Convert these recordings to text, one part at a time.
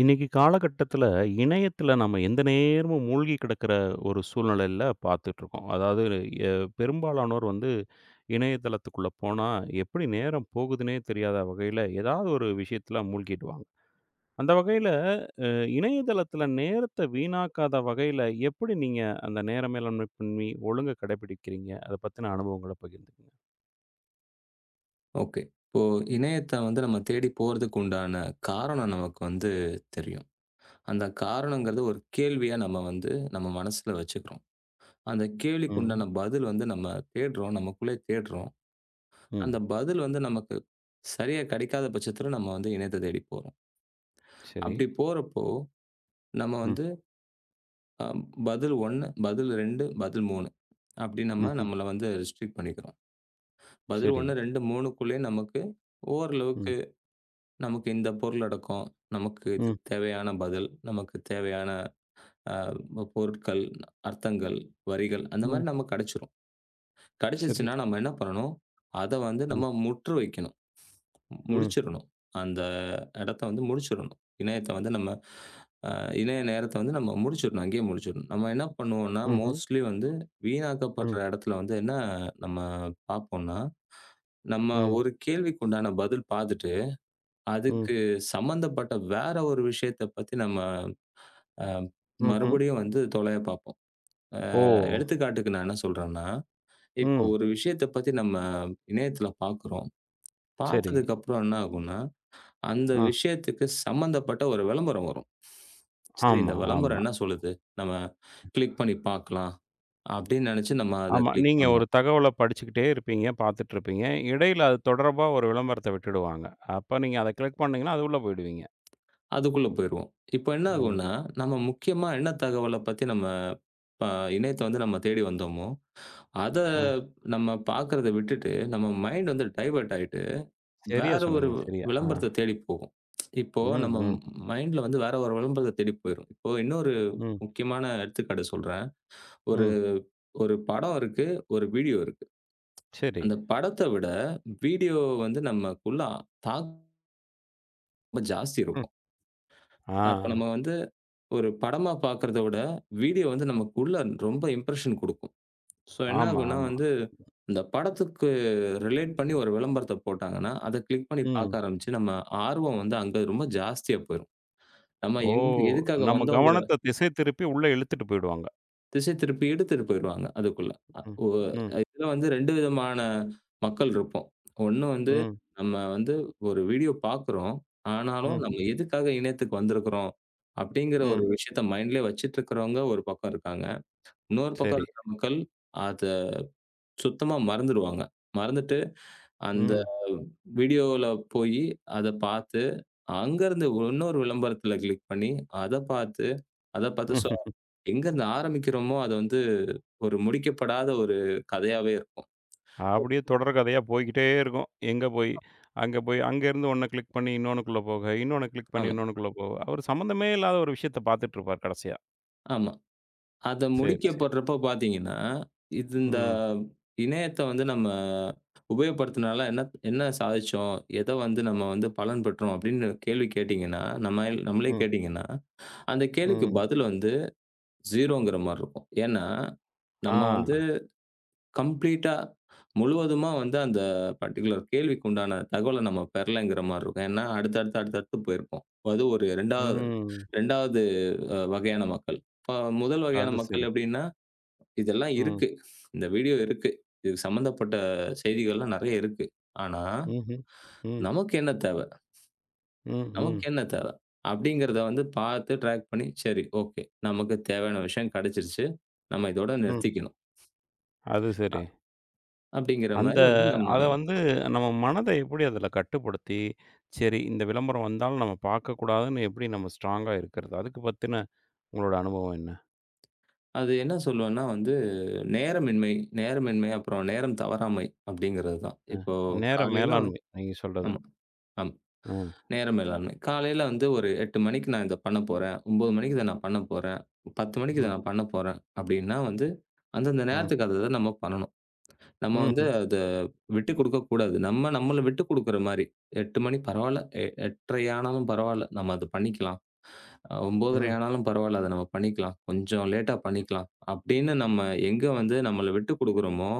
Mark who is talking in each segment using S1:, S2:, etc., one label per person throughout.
S1: இன்னைக்கு காலகட்டத்தில, இணையத்தில நம்ம எந்த நேரமும் மூழ்கி கிடக்கிற ஒரு சூழ்நிலையில பார்த்துட்ருக்கோம். அதாவது எ பெரும்பாலானோர் வந்து இணையதளத்துக்குள்ள போனா, எப்படி நேரம் போகுதுன்னே தெரியாத வகையில, ஏதாவது ஒரு விஷயத்தில மூழ்கிடுவாங்க. அந்த வகையில அ இணையதளத்தில நேரத்த வீணாக்காத வகையில, எப்படி நீங்க அந்த நேர மேலாண்மை பண்ணி ஒழுங்கா கடைபிடிக்கிறீங்க? அத பத்தின அனுபவங்கள பகிர்ந்துக்கங்க.
S2: ஓகே. இப்போ இணையத்த வந்து நம்ம தேடி போறதுக்கு உண்டான காரணம் நமக்கு வந்து தெரியும். அந்த காரணங்கிறது ஒரு கேள்வியா நம்ம வந்து நம்ம மனசுல வச்சுக்கிறோம். அந்த கேள்விக்கு
S1: ம்,
S2: உண்டான பதில் வந்து நம்ம தேடுறோம். நமக்குள்ளே தேடுறோம். அந்த
S1: ம்.
S2: பதில் வந்து நமக்கு சரியா கிடைக்காத பட்சத்துல நம்ம வந்து இணையத்த தேடி போறோம்.
S1: சரி.
S2: அப்படி போறப்போ நம்ம
S1: ம்,
S2: வந்து அ பதில் 1, பதில் 2, பதில் 3 அப்படி நம்ம
S1: ம்ஹ்ம்.
S2: நம்மள வந்து ரெஸ்ட்ரிக்ட் பண்ணிக்கிறோம். பதில்
S1: சரி.
S2: 1, 2, 3க்குள்ளயே நமக்கு ஓரளவுக்கு
S1: ம்,
S2: நமக்கு இந்த பொருள் அடக்கும். நமக்கு
S1: ம்,
S2: இதுக்கு தேவையான பதில், நமக்கு தேவையான அ பொருட்கள், அர்த்தங்கள், வரிகள் அந்த
S1: ம்.
S2: மாரி நமக்கு கிடைச்சிரும்.
S1: சரி.
S2: கிடைச்சிருச்சுன்னா நம்ம என்ன பண்ணணும்? அத வந்து
S1: ம்,
S2: நம்ம முற்று வைக்கணும்.
S1: ம்,
S2: முடிச்சிரணும். அந்த இடத்த வந்து முடிச்சிரணும். இணையத்த வந்து நம்ம அ இணைய நேரத்த வந்து நம்ம முடிச்சிரணும். அங்கேயே முடிச்சிரணும். நம்ம என்ன பண்ணுவோம்னா,
S1: ம்ஹ்ம்.
S2: மோஸ்ட்லி வந்து
S1: ம்,
S2: வீணாக்கப்படுற இடத்துல வந்து என்ன நம்ம பார்ப்போம்னா, நம்ம
S1: ம்,
S2: ஒரு கேள்விக்கு உண்டான பதில் பார்த்துட்டு
S1: ம்,
S2: அதுக்கு சம்மந்தப்பட்ட வேற ஒரு விஷயத்த பத்தி நம்ம அ
S1: ம்ஹ்ம்.
S2: மறுபடியும் வந்து தொலைய பார்ப்போம். அ
S1: ஓ!
S2: எடுத்துக்காட்டுக்கு நான் என்ன சொல்றேன்னா, இப்போ
S1: ம்.
S2: ஒரு விஷயத்த பத்தி நம்ம இணையத்துல பார்க்குறோம்.
S1: சரி.
S2: பார்த்ததுக்கு அப்புறம் என்ன ஆகும்னா, அந்த
S1: அ.
S2: விஷயத்துக்கு சம்மந்தப்பட்ட ஒரு விளம்பரம் வரும். சரி,
S1: ஆமா,
S2: இந்த விளம்பரம்
S1: ஆமா,
S2: என்ன சொல்லுது? நம்ம கிளிக் பண்ணி பார்க்கலாம் அப்படின்னு நெனச்சு நம்ம அத
S1: ஆமா.
S2: கிளிக்
S1: நீங்க ஒரு
S2: பண்ணுவோம்.
S1: தகவல படிச்சுக்கிட்டே இருப்பீங்க, பார்த்துட்டு இருப்பீங்க. இடையில அது தொடர்பா ஒரு விளம்பரத்த விட்டுடுவாங்க. அப்ப நீங்க அத கிளிக் பண்ணீங்கன்னா, அது உள்ள போயிடுவீங்க.
S2: அதுக்குள்ள போயிருவோம். இப்போ என்ன
S1: ம்.
S2: ஆகும்னா, நம்ம முக்கியமா என்ன தகவல பத்தி நம்ம ப இணையத்த வந்து நம்ம தேடி வந்தோமோ அத
S1: அ.
S2: நம்ம பார்க்கிறத விட்டுட்டு, நம்ம மைண்ட் வந்து டைவர்ட் ஆயிட்டு,
S1: சரியா
S2: வேற ஒரு
S1: சொன்னீங்க. சரியா. ஆ.
S2: விளம்பரத்த தேடி போகும். இப்போ
S1: ம்,
S2: நம்ம
S1: ம்,
S2: மைண்ட்ல வந்து வேற ஒரு விளம்பரத்த தேடி போயிரும். இப்போ இன்னொரு
S1: ம்,
S2: முக்கியமான எடுத்துக்காட்டு சொல்றேன். ஒரு
S1: ம்.
S2: ஒரு படம் இருக்கு, ஒரு வீடியோ இருக்கு.
S1: சரி.
S2: அந்த படத்த விட வீடியோ வந்து நமக்குள்ள தாக்கம் ரொம்ப ஜாஸ்தி
S1: ம்.
S2: இருக்கும்.
S1: ஆ.
S2: அப்ப நம்ம வந்து ஒரு படமா பார்க்கிறத விட, வீடியோ வந்து நமக்குள்ள ரொம்ப இம்ப்ரஷன் குடுக்கும். ஸோ என்ன
S1: ஆமா,
S2: ஆகும்னா
S1: ஆமா.
S2: வந்து, இந்த படத்துக்கு ரிலேட் பண்ணி ஒரு விளம்பரத்த போட்டாங்கன்னா, அத கிளிக் பண்ணி
S1: ம்.
S2: பார்க்க ஆரம்பிச்சு, நம்ம ஆர்வம் வந்து அங்க ரொம்ப ஜாஸ்தியா போயிரும். நம்ம
S1: ஓ!
S2: எங்க எதுக்காக
S1: நம்ம
S2: வந்தோங்கிற
S1: கவனத்த திசை திருப்பி உள்ள இழுத்துட்டு போயிடுவாங்க.
S2: திசை திருப்பி இழுத்துட்டு போயிருவாங்க அதுக்குள்ள. அ
S1: ம்,
S2: ஒ
S1: ம்,
S2: இதுல வந்து 2 விதமான மக்கள் இருப்போம். ஒண்ணு வந்து,
S1: ம்,
S2: நம்ம வந்து ஒரு வீடியோ பார்க்குறோம். ஆனாலும்
S1: ம்,
S2: நம்ம எதுக்காக இணையத்துக்கு வந்திருக்கிறோம், அப்படிங்கிற ஒரு
S1: ம்.
S2: விஷயத்த மைண்ட்லயே வச்சுட்டு இருக்கிறவங்க ஒரு பக்கம் இருக்காங்க. இன்னொரு பக்கம்
S1: சரி.
S2: இருக்கிற மக்கள் அத சுத்தமா மறந்துடுவாங்க. மறந்துட்டு அந்த
S1: ம்.
S2: வீடியோல போயி அத பார்த்து, அங்கருந்து இன்னொரு விளம்பரத்துல கிளிக் பண்ணி, அத பார்த்து, அத பார்த்து, சோ எங்கருந்து ஆரம்பிக்கிறோமோ, அது வந்து ஒரு முடிக்கப்படாத ஒரு கதையாவே இருக்கும்.
S1: அப்படியே தொடர் கதையா போய்க்கிட்டே இருக்கும். எங்க போய், அங்க போய் அங்கேருந்து ஒண்ண கிளிக் பண்ணி இன்னொன்னுக்குள்ள போக, இன்னொன்ன கிளிக் பண்ணி
S2: ஆமா,
S1: இன்னொன்னுக்குள்ள போக. அவரு சம்மந்தமே இல்லாத ஒரு விஷயத்த பார்த்துட்டுருப்பார் கடைசியா.
S2: ஆமா. அத
S1: சரி, சரி.
S2: முடிக்கப்படுறப்போ பார்த்தீங்கன்னா, இது இந்த
S1: ம்,
S2: இணையத்த வந்து நம்ம உபயோகப்படுத்துனால என்ன என்ன சாதிச்சோம்? எத வந்து நம்ம வந்து பலன் பெற்றோம்? அப்படின்னு கேள்வி கேட்டீங்கன்னா, நம்ம நம்மளே
S1: ம்,
S2: கேட்டீங்கன்னா, அந்த கேள்விக்கு
S1: ம்.
S2: பதில் வந்து 0ங்கிற மாரி இருக்கும். ஏன்னா,
S1: ஆ,
S2: நம்ம வந்து கம்ப்ளீட்டா முழுவதுமா வந்து அந்த பர்ட்டிகுலர் கேள்விக்கு உண்டான தகவல நம்ம பெறலங்கிற மாரி இருக்கும். ஏன்னா, அடுத்தடுத்து, அடுத்தடுத்து போயிருப்போம். அது ஒரு 2வது
S1: ம்.
S2: 2வது வகையான மக்கள். இப்ப முதல் வகையான
S1: அது சரி.
S2: மக்கள் எப்படின்னா, இதெல்லாம்
S1: ம்,
S2: இருக்கு. இந்த வீடியோ இருக்கு. இது சம்மந்தப்பட்ட செய்திகள்லாம் நெறைய இருக்கு. ஆனா,
S1: ம்ஹ்ம். ம்,
S2: நமக்கு என்ன தேவ?
S1: ம்,
S2: நமக்கு
S1: ம்,
S2: என்ன தேவ? அப்படிங்கிறத வந்து பார்த்து ட்ராக் பண்ணி, சரி ஓகே. நமக்கு தேவையான விஷயம் கெடைச்சிருச்சு. நம்ம இதோட
S1: ம்.
S2: நிறுத்திக்கணும்.
S1: அது சரி.
S2: அப்படிங்கிற
S1: அந்த
S2: மாரி வந்து நம்ம
S1: அத வந்து நம்ம மனத எப்படி அதில கட்டுப்படுத்தி, சரி இந்த விளம்பரம் வந்தாலும் நம்ம பார்க்கக்கூடாதுன்னு எப்படி நம்ம ஸ்ட்ராங்கா இருக்கிறது? அதுக்கு பத்தின உங்களோட அனுபவம் என்ன?
S2: அது என்ன சொல்லுவேன்னா வந்து, நேரமின்மை நேரமின்மை, அப்புறம் நேரம் தவறாமை அப்படிங்கிறது தான்.
S1: அ.
S2: இப்போ
S1: நேர
S2: காலையில வந்து
S1: மேலாண்மை நீங்க சொல்றது.
S2: ஆமா, ஆமா.
S1: ம்.
S2: நேரம் மேலாண்மை. காலையில வந்து ஒரு 8 மணிக்கு நான் இத பண்ண போறேன். 9 மணிக்கு இத நான் பண்ண போறேன். 10 மணிக்கு இத
S1: ம்.
S2: நான் பண்ண போறேன் அப்படின்னா வந்து, அந்தந்த
S1: ம்.
S2: நேரத்துக்கு அத நம்ம பண்ணணும். நம்ம வந்து
S1: ம்ஹ்ம்.
S2: அத விட்டுக் கொடுக்கக் கூடாது. நம்ம நம்மள விட்டுக் குடுக்குற மாரி, 8 மணி பரவால்ல, 8:30 ஆனாலும் பரவால்ல. நம்ம அத பண்ணிக்கலாம். 9:30
S1: ம்.
S2: ஆனாலும் பரவால்ல. அத நம்ம பண்ணிக்கலாம். கொஞ்சம் லேட்டா பண்ணிக்கலாம். அப்படின்னு நம்ம எங்க வந்து நம்மள விட்டு குடுக்குறோமோ,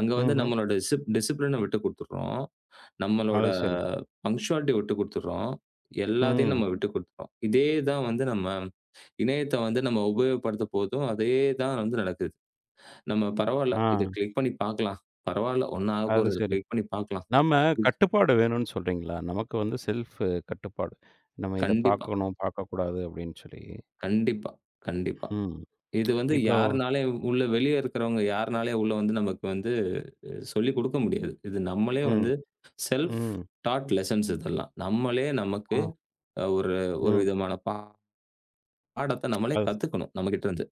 S2: அங்க வந்து
S1: ம்ஹ்ம்.
S2: நம்மளோட டிசிப்ளின விட்டு குடுத்துடுறோம். நம்மளோட
S1: அது சரி.
S2: பங்க்சுவாலிட்டிய விட்டு குடுத்துடுறோம். எல்லாத்தையும்
S1: ம்.
S2: நம்ம விட்டு குடுத்துட்டோம். இதே தான் வந்து நம்ம இணையத்த வந்து நம்ம உபயோகப்படுத்த போதும், அதே தான் வந்து நடக்குது. நம்ம பரவால்ல
S1: ஆ.
S2: இத கிளிக் பண்ணி பார்க்கலாம். பரவால்ல ஒண்ணும் ஆக
S1: அது
S2: போறதில்ல.
S1: சரி.
S2: கிளிக் பண்ணி பார்க்கலாம்.
S1: நம்ம
S2: ம்.
S1: கட்டுப்பாடு வேணும்னு சொல்றீங்களா? நமக்கு வந்து செல்ஃப் கட்டுப்பாடு. நம்ம இத
S2: கண்டிப்பா,
S1: பார்க்கணும், பார்க்கக்கூடாது அப்படின்னு சொல்லி.
S2: கண்டிப்பா, கண்டிப்பா.
S1: ம்.
S2: இது வந்து
S1: இப்போ
S2: யாருனாலயும் உள்ள வெளிய இருக்கிறவங்க யாருனாலயும் உள்ள வந்து நமக்கு வந்து சொல்லிக் குடுக்க முடியாது. இது நம்மளே
S1: ம்.
S2: வந்து செல்ஃப்
S1: ம்.
S2: டாட் லெசன்ஸ் இதெல்லாம். நம்மளே நமக்கு
S1: ம்.
S2: ஒரு ஒரு
S1: ம்.
S2: விதமான பாடத்த நம்மளே
S1: அது
S2: கத்துக்கணும், நம்மகிட்ட இருந்து.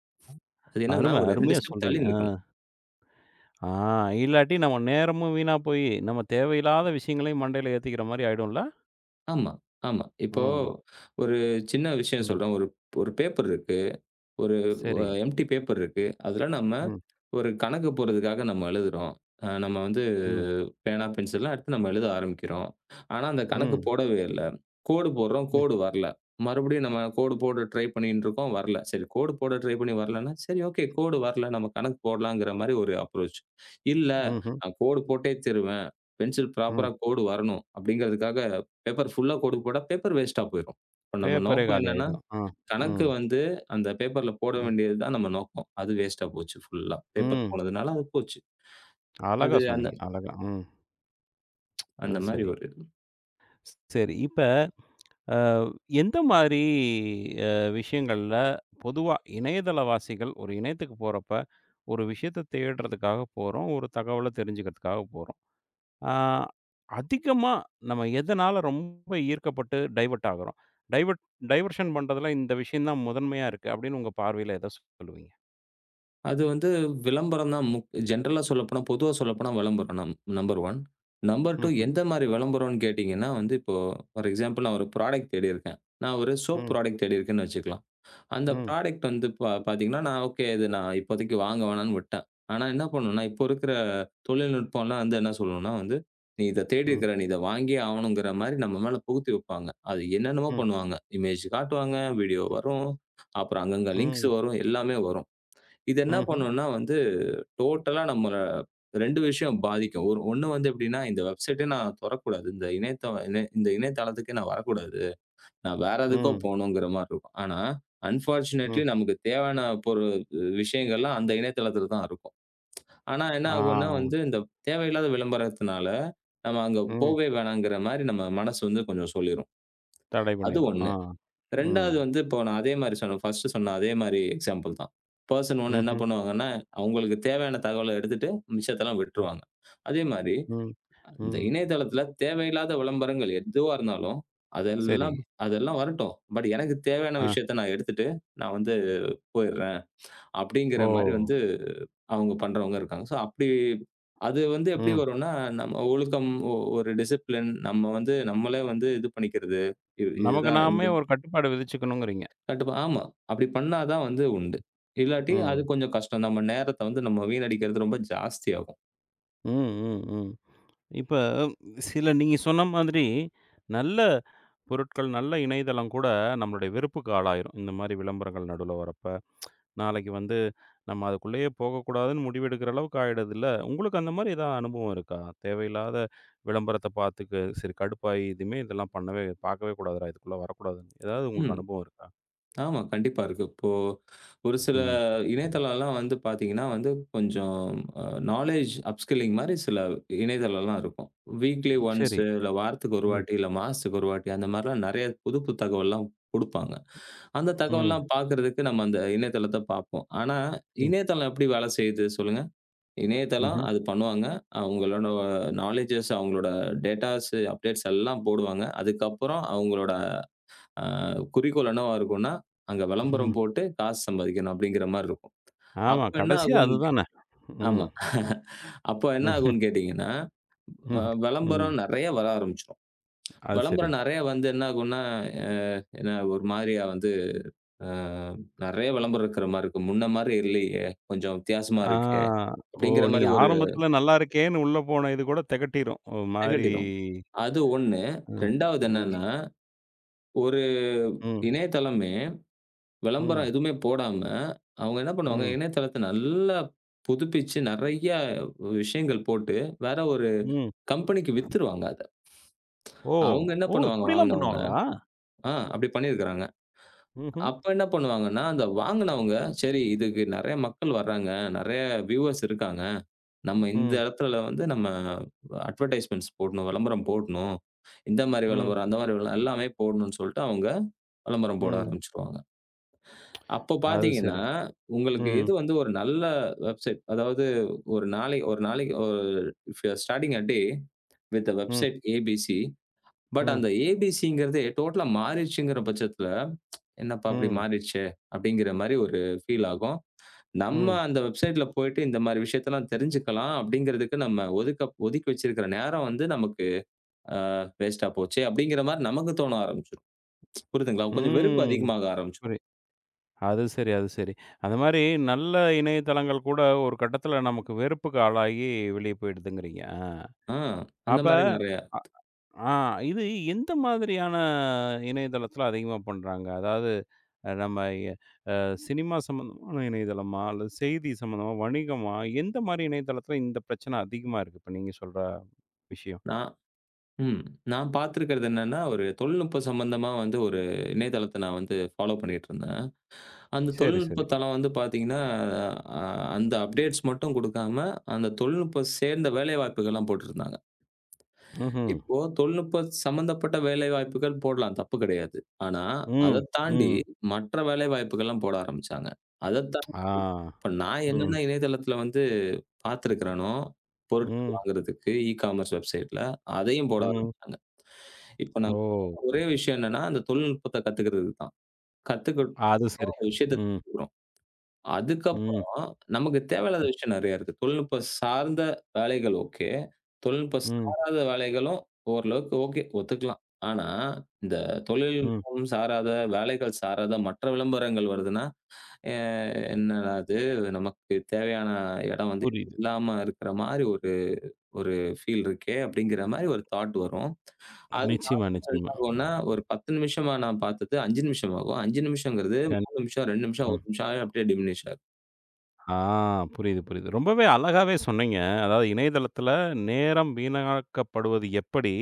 S2: அது என்னதுன்னா, ஒரு 2
S1: அருமையா
S2: ஸ்டெப்
S1: சொல்றீங்க.
S2: தள்ளி
S1: ஆ.
S2: நிக்கணும்.
S1: ஆ இல்லாட்டி நம்ம நேரமும் வீணா போயி, நம்ம தேவையில்லாத விஷயங்களையும் மண்டையில ஏத்திக்கிற மாரி ஆயிடும்ல?
S2: ஆமா, ஆமா. இப்போ
S1: ம்.
S2: ஒரு சின்ன விஷயம்
S1: ம்.
S2: சொல்றேன். ஒரு ஒரு பேப்பர் இருக்கு. ஒரு
S1: சரி.
S2: எம்ப்டி பேப்பர் இருக்கு. அதுல நம்ம
S1: ம்.
S2: ஒரு கணக்கு போடுறதுக்காக நம்ம எழுதுறோம். நம்ம வந்து
S1: ம்.
S2: பேனா, பென்சில்லாம் எடுத்து நம்ம எழுத ஆரம்பிக்கிறோம். ஆனா, அந்த கணக்கு
S1: ம்.
S2: போடவே இல்ல. கோடு போடுறோம், கோடு வரல. மறுபடியும் நம்ம கோடு போட ட்ரை பண்ணிட்டு இருக்கோம், வரல. சரி, கோடு போட ட்ரை பண்ணி வரலன்னா, சரி ஓகே கோடு வரல நம்ம கணக்கு போடலாங்கிற மாரி ஒரு அப்ரோச். இல்ல
S1: ம்ஹ்ம்.
S2: நான் கோடு போட்டே தருவேன். பென்சில்
S1: ம்.
S2: ப்ராப்பரா கோடு வரணும் அப்படிங்கிறதுக்காக பேப்பர் ஃபுல்லா கோடு போட்டா பேப்பர் வேஸ்ட்டா போயிரும். இப்ப நம்ம
S1: பேப்பரே
S2: நோக்கம் என்னன்னா
S1: காலியாயிடும். ஆ.
S2: கணக்கு
S1: ம்.
S2: வந்து அந்த பேப்பர்ல போட
S1: ம்.
S2: வேண்டியது தான் நம்ம நோக்கம். அது வேஸ்ட்டா போச்சு ஃபுல்லா. பேப்பர்
S1: ம்.
S2: போனதுனால அது போச்சு.
S1: அழகா
S2: அது அந்த
S1: சொன்னீங்க. அழகா. ம்.
S2: அந்த
S1: அது
S2: மாரி
S1: சரி.
S2: ஒரு இது.
S1: சரி. இப்ப அ எந்த மாரி அ விஷயங்கள்ல பொதுவா இணையதளவாசிகள் ஒரு இணையத்துக்கு போறப்ப, ஒரு விஷயத்த தேடுறதுக்காக போறோம். ஒரு தகவல தெரிஞ்சுக்கிறதுக்காக போறோம். ஆ அதிகமா நம்ம எதனால ரொம்ப ஈர்க்கப்பட்டு டைவர்ட் ஆகுறோம்? டைவர்ட் டைவர்ஷன் பண்றதுல இந்த விஷயம் தான் முதன்மையா இருக்கு. அப்படின்னு உங்க பார்வையில எத சொல்லுவீங்க?
S2: அது வந்து விளம்பரம் தான் ஜென்ரலா சொல்லப்போனா, பொதுவா சொல்லப்போனா விளம்பரம் நம்பர் 1. நம்பர் 2
S1: ம்ஹ்ம்.
S2: எந்த மாரி விளம்பரம்னு கேட்டீங்கன்னா வந்து, இப்போ ஃபார் எக்ஸாம்பிள் நான் ஒரு ப்ராடக்ட் தேடியிருக்கேன். நான் ஒரு சோப்
S1: ம்.
S2: ப்ராடக்ட் தேடியிருக்கேன்னு வச்சுக்கலாம். அந்த
S1: ம்.
S2: ப்ராடக்ட் வந்து பாத்தீங்கன்னா, நான் ஓகே இது நான் இப்போதைக்கு வாங்க வேணான்னு விட்டேன். ஆனா என்ன பண்ணும்னா, இப்போ இருக்கிற தொழில்நுட்பம்லாம் வந்து என்ன சொல்லணும்னா வந்து, "நீ இத தேடி
S1: ம்.
S2: இருக்கிற. நீ இத வாங்கியே ஆவணுங்கிற" மாரி நம்ம மேல புகுத்தி வைப்பாங்க. அது என்னென்னமோ
S1: ம்.
S2: பண்ணுவாங்க. இமேஜ் காட்டுவாங்க, வீடியோ வரும், அப்புறம் அங்கங்க லிங்க்ஸ்
S1: ம்.
S2: வரும், எல்லாமே வரும். இது என்ன
S1: ம்ஹ்ம்.
S2: பண்ணும்னா வந்து, டோட்டலா நம்மள 2 விஷயம் பாதிக்கும். ஒண்ணு வந்து எப்படின்னா, இந்த வெப்சைட்டே நான் தொறக்கக்கூடாது. இந்த இணையதளத்துக்கே நான் வரக்கூடாது. நான் வேற எதுக்கோ
S1: ம்.
S2: போணுங்கிற மாரி இருக்கும். ஆனா, அன்பார்ச்சுனேட்லி
S1: ம்.
S2: நமக்கு தேவையான விஷயங்கள்லாம் அந்த இணையதளத்தில தான் இருக்கும். ஆனா என்ன
S1: ஆ.
S2: ஆகும்னா வந்து, இந்த தேவையில்லாத விளம்பரத்தினால, நம்ம அங்க
S1: ம்.
S2: போவே வேணாங்கிற மாரி நம்ம மனசு வந்து கொஞ்சம் சொல்லிரும்.
S1: தடை
S2: அது
S1: பண்ணிரும். ஆ.
S2: 1.
S1: ம்.
S2: 2வது வந்து இப்போ நான் அதே மாரி சொன்ன ஃபர்ஸ்ட்டு சொன்ன அதே மாரி எக்ஸாம்பிள் தான். பெர்சன் 1 என்ன
S1: ம்ஹ்ம்.
S2: பண்ணுவாங்கன்னா, அவங்களுக்கு தேவையான தகவல எடுத்துட்டு மிச்சத்தெல்லாம் விட்டுருவாங்க. அதே மாரி
S1: ம்.
S2: இந்த
S1: ம்.
S2: இணையதளத்தில தேவையில்லாத விளம்பரங்கள் எதுவா இருந்தாலும்,
S1: சரி.
S2: அதெல்லாம் அதெல்லாம் வரட்டும். பட் எனக்கு தேவையான
S1: ஆ.
S2: விஷயத்த நான் எடுத்துட்டு, நான் வந்து போயிடுறேன். அப்படிங்கிற
S1: ஓ!
S2: மாரி வந்து அவங்க பண்றவங்க இருக்காங்க. ஸோ அப்படி அது வந்து எப்படி
S1: ம்.
S2: வரும்னா, நம்ம ஒழுக்கம் ஒரு டிசிப்ளின் நம்ம வந்து நம்மளே வந்து இது பண்ணிக்கிறது. இது
S1: நமக்கு
S2: இதுதான் இந்த
S1: நாமே ஒரு கட்டுப்பாடு விதிச்சுக்கணுங்கிறீங்க.
S2: ஆமா. அப்படி பண்ணா தான் வந்து உண்டு. இல்லாட்டி அது
S1: ம்.
S2: கொஞ்சம் கஷ்டம். நம்ம நேரத்த வந்து நம்ம வீணடிக்கிறது ரொம்ப ஜாஸ்தியாகும்.
S1: ம். ம். ம். இப்ப சில நீங்க சொன்ன மாதிரி நல்ல பொருட்கள், நல்ல இணையதளம் கூட நம்மளுடைய வெறுப்புக்கு ஆளாயிரும். இந்த மாரி விளம்பரங்கள் நடுவுல வரப்ப. நாளைக்கு வந்து நம்ம அதுக்குள்ளேயே போகக்கூடாதுன்னு முடிவெடுக்கிற அளவுக்கு ஆயிடுதுல்ல. உங்களுக்கு அந்த மாரி ஏதாவது அனுபவம் இருக்கா? தேவையில்லாத விளம்பரத்த பார்த்துக்கு, சரி கடுப்பாயி இதுமே இதெல்லாம் பண்ணவே பார்க்கவே கூடாதுடா, இதுக்குள்ள வரக்கூடாதுன்னு. ஏதாவது உங்களுக்கு
S2: ம்.
S1: அனுபவம் இருக்கா?
S2: ஆமா. கண்டிப்பா இருக்கு. இப்போ ஒரு சில
S1: ம்.
S2: இணையதளம்லாம் வந்து பார்த்தீங்கன்னா வந்து, கொஞ்சம் அ நாலேட்ஜ் அப்ஸ்கில்லிங் மாரி சில இணையதளம்லாம் இருக்கும். வீக்லி ஒன்ஸ்
S1: சரி.
S2: இல்ல வாரத்துக்கு ஒரு
S1: ம்.
S2: வாட்டி, இல்ல மாசத்துக்கு ஒரு வாட்டி அந்த மாரிலாம் நெறைய புது, புது தகவல்லாம் குடுப்பாங்க. அந்த
S1: ம்.
S2: தகவல்லாம் பார்க்கறதுக்கு நம்ம அந்த இணையதளத்த பார்ப்போம். ஆனா,
S1: ம்.
S2: இணையதளம் எப்படி வேலை செய்யுது சொல்லுங்க? இணையதளம்
S1: ம்ஹ்ம்.
S2: அது பண்ணுவாங்க. அவங்களோட நாலேட்ஜஸ், அவங்களோட டேட்டாஸ், அப்டேட்ஸ் எல்லாம் போடுவாங்க. அதுக்கப்புறம் அவங்களோட அ குறிக்கோள் என்னவா இருக்கும்னா, அங்க
S1: ம்.
S2: விளம்பரம் போட்டு காசு சம்பாதிக்கணும் அப்படிங்கிற மாரி இருக்கும்.
S1: ஆமா.
S2: அப்ப என்ன
S1: கடைசியா
S2: ஆகும்னு
S1: அதுதானே.
S2: ஆமா.
S1: ம்.
S2: அப்ப என்ன
S1: ம்.
S2: ஆகும்னு கேட்டீங்கன்னா,
S1: ம். ம்.
S2: விளம்பரம் நெறைய வர ஆரம்பிச்சுரும்.
S1: அது சரி.
S2: விளம்பரம் நெறைய வந்து என்ன ஆகும்னா, அ என்ன ஒரு மாரியா வந்து அ நெறைய விளம்பரம் இருக்கிற மாரி இருக்கும். முன்ன மாரி இல்லையே, கொஞ்சம் வித்தியாசமா
S1: ஆ.
S2: இருக்கே
S1: ஓ!
S2: அப்படிங்கிற மாரி
S1: நீங்க
S2: ஒரு
S1: ஆரம்பத்துல நல்லா இருக்கேன்னு உள்ள போன இது கூட தெகட்டிரும். ஒரு மாரி.
S2: திகட்டிரும். அது 1.
S1: ம்.
S2: 2வது
S1: ம்.
S2: என்னன்னா, ஒரு
S1: ம்.
S2: இணையதளமே விளம்பரம்
S1: ம்.
S2: எதுவுமே போடாம, அவங்க என்ன பண்ணுவாங்க,
S1: ம்.
S2: இணையதளத்த நல்லா புதுப்பிச்சு நெறைய விஷயங்கள் போட்டு, வேற ஒரு
S1: ம்.
S2: கம்பெனிக்கு வித்துருவாங்க அத.
S1: ஓ!
S2: அவங்க என்ன
S1: ஓ!
S2: பண்ணுவாங்க
S1: இப்படிலாம்
S2: வாங்குனவங்க
S1: பண்ணுவாங்களா?
S2: ஆ அப்படி பண்ணியிருக்கிறாங்க.
S1: ம்ஹ்ம்.
S2: அப்ப என்ன பண்ணுவாங்கன்னா, அந்த வாங்குனவங்க, சரி இதுக்கு நெறைய மக்கள் வர்றாங்க, நெறைய வியூவர்ஸ் இருக்காங்க. நம்ம இந்த
S1: ம்.
S2: இடத்துல வந்து நம்ம அட்வர்டைஸ்மென்ட்ஸ் போடணும், விளம்பரம் போடணும். இந்த மாரி
S1: ம்.
S2: விளம்பரம், அந்த மாரி விளம்பரம் எல்லாமே போடணும்னு சொல்லிட்டு அவங்க விளம்பரம் போட
S1: ம்.
S2: ஆரம்பிச்சுருவாங்க. அப்போ
S1: அது
S2: பார்த்தீங்கன்னா,
S1: சரி.
S2: உங்களுக்கு
S1: ம்.
S2: எது வந்து ஒரு நல்ல வெப்சைட் அதாவது ஒரு நாளைக்கு ஒரு if you are starting a day with a
S1: hmm.
S2: Website ABC. But
S1: ம்.
S2: அந்த ஏபிசிங்கிறதே டோட்டலா மாறிடுச்சுங்கிற பட்சத்தில, "என்னப்பா இப்படி
S1: ம்.
S2: மாறிடுச்சே!" அப்படிங்கிற மாரி ஒரு ஃபீல் ஆகும். நம்ம
S1: ம்.
S2: அந்த வெப்சைட்ல போயிட்டு இந்த மாரி விஷயத்தெல்லாம் தெரிஞ்சுக்கலாம் அப்படிங்கிறதுக்கு நம்ம ஒதுக்கி வச்சிருக்கிற நேரம் வந்து நமக்கு ஆ வேஸ்ட்டா போச்சே அப்படிங்கிற மாரி நமக்கு தோண ஆரம்பிச்சுரும். புரியுதுங்களா? கொஞ்சம் வெறுப்பு
S1: ம்.
S2: அதிகமாக ஆரம்பிச்சுரும்.
S1: புரி அது சரி, அது சரி. அந்த மாரி நல்ல இணையதளங்கள் கூட ஒரு கட்டத்தில நமக்கு வெறுப்புக்கு ஆளாகி வெளிய போயிடுதுங்கிறீங்க. ஆ.
S2: ஆ அந்த
S1: அப்ப
S2: மாரி நெறையா.
S1: ஆ இது எந்த மாதிரியான இணையதளத்தில அதிகமா பண்றாங்க? அதாவது நம்ம சினிமா சம்மந்தமான இணையதளமா? அல்லது செய்தி சம்மந்தமா? வணிகமா? எந்த மாரி இணையதளத்தில இந்த பிரச்சனை அதிகமா இருக்கு? இப்ப நீங்க சொல்ற விஷயம்.
S2: நான் ம். நான் பார்த்திருக்கிறது என்னன்னா, ஒரு தொழில்நுட்பம் சம்மந்தமா வந்து ஒரு இணையதளத்த நான் வந்து ஃபாலோ பண்ணிட்டுருந்தேன். அந்த
S1: சரி, சரி.
S2: தொழில்நுட்ப தளம் வந்து பார்த்தீங்கன்னா, அ அந்த அப்டேட்ஸ் மட்டும் குடுக்காம, அந்த தொழில்நுட்பம் சேர்ந்த வேலைவாய்ப்புகள்லாம் போட்டுருந்தாங்க.
S1: ம்ஹ்ம்.
S2: இப்போ தொழில்நுட்பம் சம்மந்தப்பட்ட வேலைவாய்ப்புகள் போடலாம், தப்பு கிடையாது. ஆனா,
S1: ம்,
S2: அத தாண்டி
S1: ம்.
S2: மற்ற வேலைவாய்ப்புகள்லாம் போட ஆரம்பிச்சாங்க. அத தா
S1: ஆ.
S2: இப்ப நான்
S1: ம்,
S2: என்னென்ன இணையதளத்தில வந்து பார்த்திருக்கிறேனோ, பொருட்கள்
S1: ம்,
S2: வாங்குறதுக்கு இ-காமர்ஸ் வெப்சைட்ல, அதையும் போட
S1: ம்.
S2: ஆரம்பிச்சாங்க. இப்ப
S1: ஓ!
S2: ஒரே விஷயம் என்னன்னா, அந்த தொழில்நுட்பத்த கத்துக்கிறது தான். கத்துக்கிட்டோம்,
S1: அது சரி.
S2: அந்த விஷயத்த
S1: ம்,
S2: கத்துக்கிறோம்.
S1: ம்,
S2: அதுக்கப்புறம் நமக்கு தேவையில்லாத
S1: ம்,
S2: விஷயம் நெறைய இருக்கு. தொழில்நுட்பம் சார்ந்த வேலைகள் ஓகே. தொழில்நுட்பம்
S1: ம்,
S2: சாராத வேலைகளும் ஓரளவுக்கு ஓகே, ஒத்துக்கலாம். ஆனா, இந்த
S1: ம்.
S2: தொழில்நுட்பம் சாராத, வேலைகள் சாராத மற்ற விளம்பரங்கள் வருதுன்னா, "ஏ என்னடா இது, நமக்கு தேவையான இடம் வந்து
S1: புரியுது.
S2: இல்லாம இருக்கிற மாரி ஒரு ஒரு ஃபீல் இருக்கே!" அப்படிங்கிற மாரி ஒரு தாட் வரும். அது
S1: நிச்சயமா,
S2: என்ன
S1: நிச்சயமா.
S2: ஆகும்ன்னா, ஒரு 10 நிமிஷமா நான் பார்த்தது 5 நிமிஷம் ஆகும். 5 நிமிஷங்கிறது
S1: கண்
S2: 3 நிமிஷம், 2 நிமிஷம்,
S1: ம்.
S2: 1 நிமிஷம் அப்படியே டிமினிஷ் ஆகும்.
S1: ஆ புரியுது, புரியுது. ரொம்பவே அழகாவே சொன்னீங்க. அதாவது இணையதளத்தில நேரம் வீணாக்கப்படுவது எப்படி?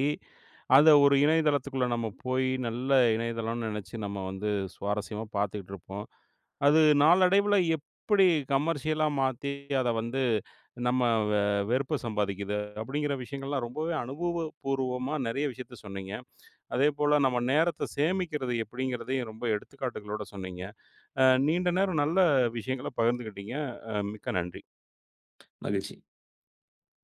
S1: அத ஒரு இணையதளத்துக்குள்ள நம்ம போய் நல்ல இணையதளம்னு நெனச்சு நம்ம வந்து சுவாரஸ்யமா பார்த்துக்கிட்டு இருப்போம். அது நாளடைவுல எப்படி கமர்ஷியலா மாத்தி அத வந்து நம்ம வெ வெறுப்பு சம்பாதிக்குது அப்படிங்கிற விஷயங்கள்லாம் ரொம்பவே அனுபவபூர்வமா நெறைய விஷயத்த சொன்னீங்க. அதேபோல நம்ம நேரத்த சேமிக்கிறது எப்படிங்கிறதையும் ரொம்ப எடுத்துக்காட்டுகளோட சொன்னீங்க. நீண்ட நேரம் நல்ல விஷயங்கள பகிர்ந்துக்கிட்டீங்க. மிக்க நன்றி.
S2: மகிழ்ச்சி.